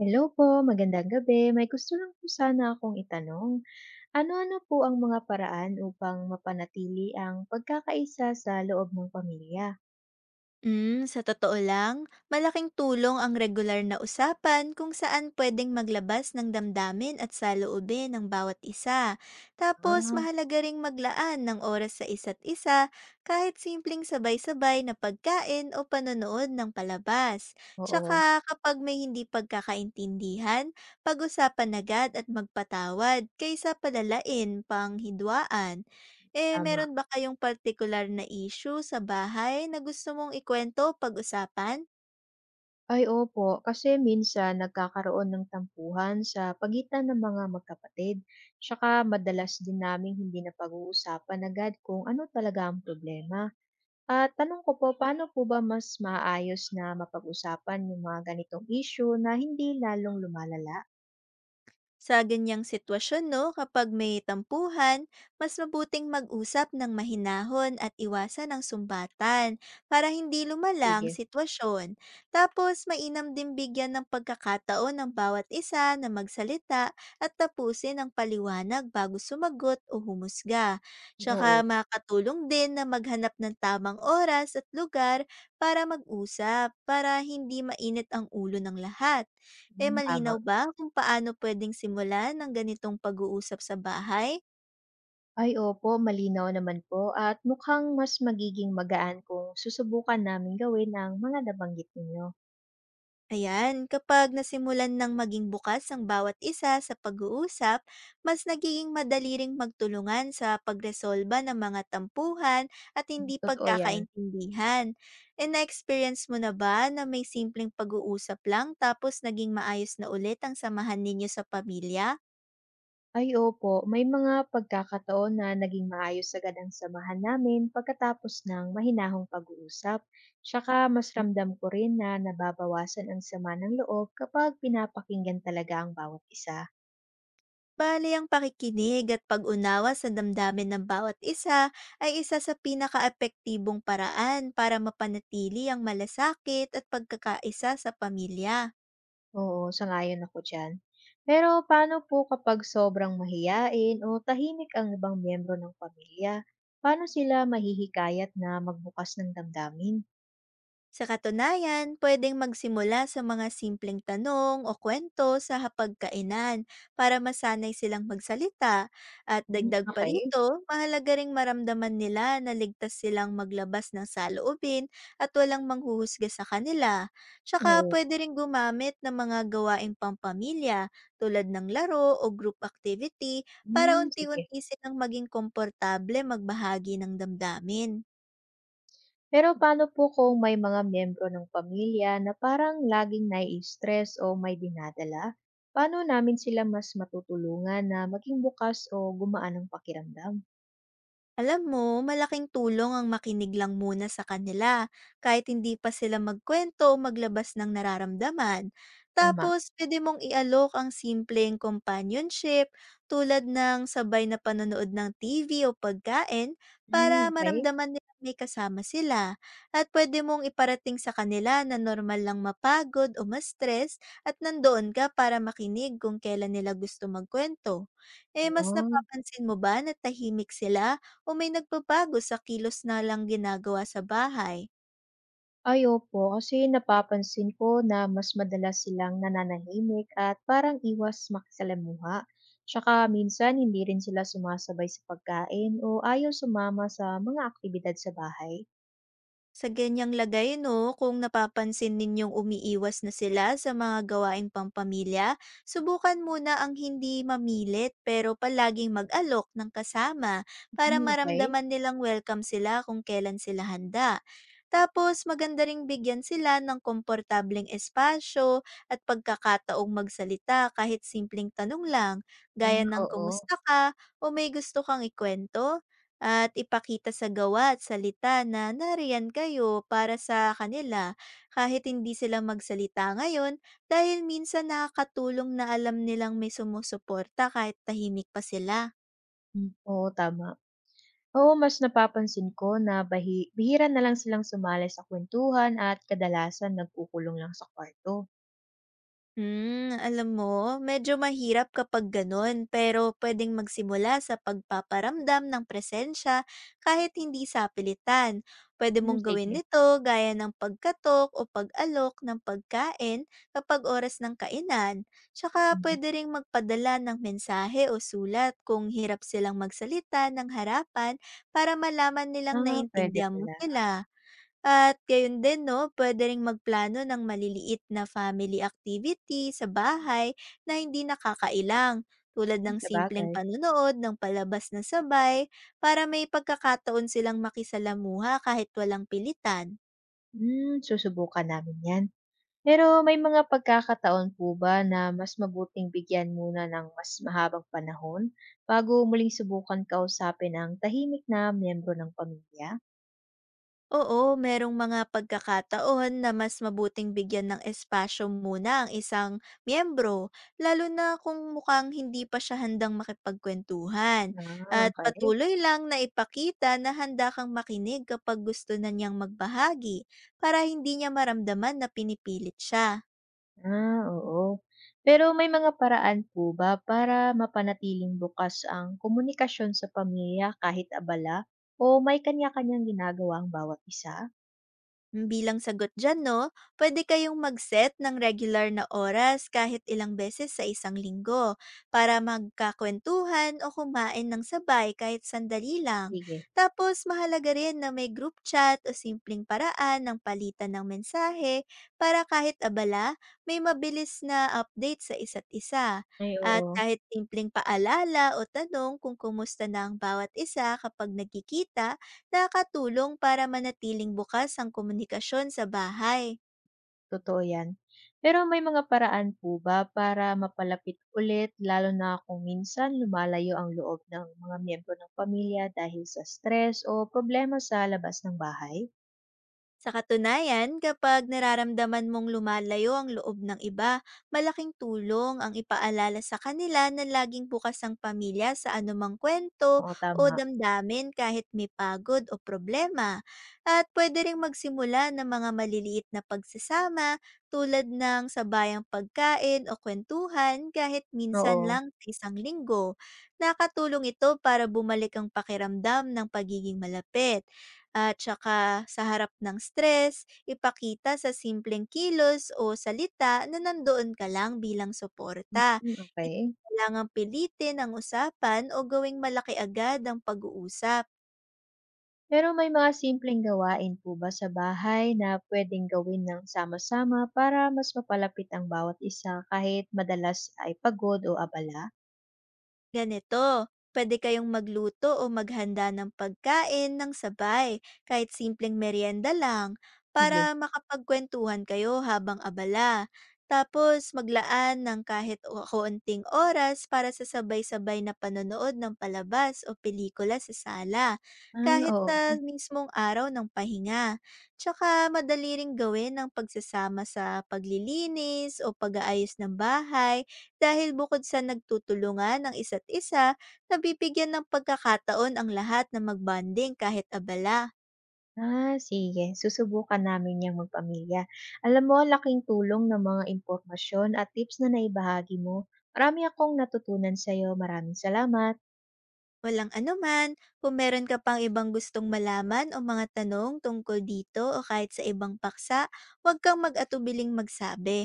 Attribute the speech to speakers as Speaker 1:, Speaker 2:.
Speaker 1: Hello po, magandang gabi. May gusto lang po sana akong itanong. Ano-ano po ang mga paraan upang mapanatili ang pagkakaisa sa loob ng pamilya?
Speaker 2: Sa totoo lang, malaking tulong ang regular na usapan kung saan pwedeng maglabas ng damdamin at saloobin ng bawat isa. Tapos
Speaker 1: Ah,
Speaker 2: mahalaga ring maglaan ng oras sa isa't isa, kahit simpleng sabay-sabay na pagkain o panonood ng palabas.
Speaker 1: oo,
Speaker 2: Tsaka kapag may hindi pagkakaintindihan, pag-usapan agad at magpatawad kaysa palalain pang hidwaan. Eh, meron
Speaker 1: tama.
Speaker 2: ba kayong particular na issue sa bahay na gusto mong ikuwento, pag-usapan?
Speaker 1: Ay opo, kasi minsan nagkakaroon ng tampuhan sa pagitan ng mga magkapatid. Tsaka madalas din namin hindi na pag-uusapan agad kung ano talaga ang problema. At tanong ko po, paano po ba mas maayos na mapag-usapan yung mga ganitong issue na hindi lalong lumalala?
Speaker 2: Sa ganyang sitwasyon, no, kapag may tampuhan, mas mabuting mag-usap ng mahinahon at iwasan ang sumbatan para hindi lumala ang
Speaker 1: Sige.
Speaker 2: sitwasyon. Tapos, mainam din bigyan ng pagkakataon ng bawat isa na magsalita at tapusin ang paliwanag bago sumagot o humusga.
Speaker 1: Oo,
Speaker 2: Tsaka makatulong din na maghanap ng tamang oras at lugar para mag-usap para hindi mainit ang ulo ng lahat. Eh,
Speaker 1: hmm,
Speaker 2: malinaw
Speaker 1: tama.
Speaker 2: ba kung paano pwedeng simulan ng ganitong pag-uusap sa bahay?
Speaker 1: Ay opo, malinaw naman po at mukhang mas magiging magaan kung susubukan namin gawin ang mga nabanggit ninyo.
Speaker 2: Ayan, kapag nasimulan ng maging bukas ang bawat isa sa pag-uusap, mas nagiging madali ring magtulungan sa pagresolba ng mga tampuhan at hindi
Speaker 1: Totoo 'yan.
Speaker 2: pagkakaintindihan. E na-experience mo na ba na may simpleng pag-uusap lang tapos naging maayos na ulit ang samahan ninyo sa pamilya?
Speaker 1: Ay opo, may mga pagkakataon na naging maayos agad ang samahan namin pagkatapos ng mahinahong pag-uusap. Tsaka mas ramdam ko rin na nababawasan ang sama ng loob kapag pinapakinggan talaga ang bawat isa.
Speaker 2: Bale ang pakikinig at pag-unawa sa damdamin ng bawat isa ay isa sa pinakaapektibong paraan para mapanatili ang malasakit at pagkakaisa sa pamilya.
Speaker 1: Oo, sang-ayon ako diyan. Pero paano po kapag sobrang mahiyain o tahimik ang ibang miyembro ng pamilya? Paano sila mahihikayat na magbukas ng damdamin?
Speaker 2: Sa katunayan, pwedeng magsimula sa mga simpleng tanong o kwento sa hapagkainan para masanay silang magsalita. At
Speaker 1: Hmm,
Speaker 2: dagdag pa
Speaker 1: okey,
Speaker 2: rito, mahalaga ring maramdaman nila na ligtas silang maglabas ng saloobin at walang manghuhusga sa kanila. Tsaka
Speaker 1: oo.
Speaker 2: pwede ring gumamit ng mga gawaing pampamilya tulad ng laro o group activity para
Speaker 1: Hmm, sige.
Speaker 2: unti-unti silang maging komportable magbahagi ng damdamin.
Speaker 1: Pero paano po kung may mga miyembro ng pamilya na parang laging nai-stress o may dinadala? Paano namin sila mas matutulungan na maging bukas o gumaan ang pakiramdam?
Speaker 2: Alam mo, malaking tulong ang makinig lang muna sa kanila kahit hindi pa sila magkwento o maglabas ng nararamdaman.
Speaker 1: Tama.
Speaker 2: Tapos, pwede mong ialok ang simpleng companionship tulad ng sabay na panonood ng TV o pagkain
Speaker 1: Hmm,
Speaker 2: para
Speaker 1: okey.
Speaker 2: maramdaman nila may kasama sila. At pwede mong iparating sa kanila na normal lang mapagod o ma-stress at nandoon ka para makinig kung kailan nila gusto magkwento. Eh, mas
Speaker 1: Ah.
Speaker 2: napapansin mo ba na tahimik sila o may nagbabago sa kilos na lang ginagawa sa bahay?
Speaker 1: Ay opo, kasi napapansin ko na mas madalas silang nananahimik at parang iwas makisalamuha. Tsaka minsan hindi rin sila sumasabay sa pagkain o ayaw sumama sa mga aktibidad sa bahay.
Speaker 2: Sa ganyang lagay, no, kung napapansin ninyong umiiwas na sila sa mga gawaing pampamilya, subukan muna ang hindi mamilit pero palaging mag-alok ng kasama para
Speaker 1: Hmm, okey.
Speaker 2: maramdaman nilang welcome sila kung kailan sila handa. Tapos maganda ring bigyan sila ng komportableng espasyo at pagkakataong magsalita kahit simpleng tanong lang, gaya
Speaker 1: Hmm,
Speaker 2: ng
Speaker 1: oo.
Speaker 2: kumusta ka o may gusto kang ikwento, at ipakita sa gawa at salita na nariyan kayo para sa kanila kahit hindi sila magsalita ngayon, dahil minsan nakakatulong na alam nilang may sumusuporta kahit tahimik pa sila.
Speaker 1: Hmm, oo, tama. Oo, mas napapansin ko na bahi bihira na lang silang sumali sa kuwentuhan at kadalasan nagkukulong lang sa kwarto.
Speaker 2: Alam mo, medyo mahirap kapag ganun, pero pwedeng magsimula sa pagpaparamdam ng presensya kahit hindi sa pilitan. Pwede
Speaker 1: Hmm,
Speaker 2: mong gawin
Speaker 1: sige.
Speaker 2: nito gaya ng pagkatok o pag-alok ng pagkain kapag oras ng kainan. Tsaka
Speaker 1: Hmm.
Speaker 2: pwede ring magpadala ng mensahe o sulat kung hirap silang magsalita ng harapan para malaman nilang
Speaker 1: Ah, puwede
Speaker 2: naintindihan mo
Speaker 1: pala.
Speaker 2: sila. At gayon din 'no, puwede ring magplano ng maliliit na family activity sa bahay na hindi nakakailang, tulad ng simpleng
Speaker 1: Sabagay.
Speaker 2: panonood ng palabas na sabay para may pagkakataon silang makisalamuha kahit walang pilitan.
Speaker 1: Hmm, susubukan namin 'yan. Pero may mga pagkakataon po ba na mas mabuting bigyan muna ng mas mahabang panahon bago muling subukan kausapin ang tahimik na miyembro ng pamilya?
Speaker 2: Oo, merong mga pagkakataon na mas mabuting bigyan ng espasyo muna ang isang miyembro, lalo na kung mukhang hindi pa siya handang makipagkwentuhan.
Speaker 1: Ah,
Speaker 2: At
Speaker 1: okey.
Speaker 2: patuloy lang na ipakita na handa kang makinig kapag gusto na niyang magbahagi para hindi niya maramdaman na pinipilit siya.
Speaker 1: Ah, oo. Pero may mga paraan po ba para mapanatiling bukas ang komunikasyon sa pamilya kahit abala o may kanya-kanyang ginagawa ang bawat isa?
Speaker 2: Bilang sagot dyan, no, pwede kayong mag-set ng regular na oras kahit ilang beses sa isang linggo para magkakwentuhan o kumain ng sabay kahit sandali lang.
Speaker 1: Sige.
Speaker 2: Tapos mahalaga rin na may group chat o simpleng paraan ng palitan ng mensahe para kahit abala, may mabilis na update sa isa't isa.
Speaker 1: Ay,
Speaker 2: At
Speaker 1: oo.
Speaker 2: kahit simpleng paalala o tanong kung kumusta na ang bawat isa kapag nagkikita, nakatulong para manatiling bukas ang komunikasyon sa bahay.
Speaker 1: Totoo yan. Pero may mga paraan po ba para mapalapit ulit lalo na kung minsan lumalayo ang loob ng mga miyembro ng pamilya dahil sa stress o problema sa labas ng bahay?
Speaker 2: Sa katunayan, kapag nararamdaman mong lumalayo ang loob ng iba, malaking tulong ang ipaalala sa kanila na laging bukas ang pamilya sa anumang kwento
Speaker 1: Oo,
Speaker 2: o
Speaker 1: tama.
Speaker 2: damdamin kahit may pagod o problema. At pwede ring magsimula ng mga maliliit na pagsasama tulad ng sabayang pagkain o kwentuhan kahit minsan
Speaker 1: Oo.
Speaker 2: lang sa isang linggo. Nakatulong ito para bumalik ang pakiramdam ng pagiging malapit. At saka sa harap ng stress, ipakita sa simpleng kilos o salita na nandoon ka lang bilang suporta.
Speaker 1: Mm,
Speaker 2: Hindi
Speaker 1: okey.
Speaker 2: kailangang pilitin ang usapan o gawing malaki agad ang pag-uusap.
Speaker 1: Pero may mga simpleng gawain po ba sa bahay na puwedeng gawin ng sama-sama para mas mapalapit ang bawat isa kahit madalas ay pagod o abala?
Speaker 2: Ganito, pwede kayong magluto o maghanda ng pagkain ng sabay, kahit simpleng merienda lang,
Speaker 1: Sige.
Speaker 2: para makapagkwentuhan kayo habang abala. Tapos maglaan ng kahit kaunting oras para sa sabay-sabay na panonood ng palabas o pelikula sa sala,
Speaker 1: Ah,
Speaker 2: kahit sa
Speaker 1: oo.
Speaker 2: mismong araw ng pahinga. Tsaka madali ring gawin ng pagsasama sa paglilinis o pag-aayos ng bahay dahil bukod sa nagtutulungan ng isa't isa, nabibigyan ng pagkakataon ang lahat na magbanding kahit abala.
Speaker 1: Ah, sige. Susubukan namin 'yang magpamilya. Alam mo, laking tulong ng mga impormasyon at tips na naibahagi mo. Marami akong natutunan sa'yo. Maraming salamat.
Speaker 2: Walang anuman, kung meron ka pang ibang gustong malaman o mga tanong tungkol dito o kahit sa ibang paksa, huwag kang mag-atubiling magsabi.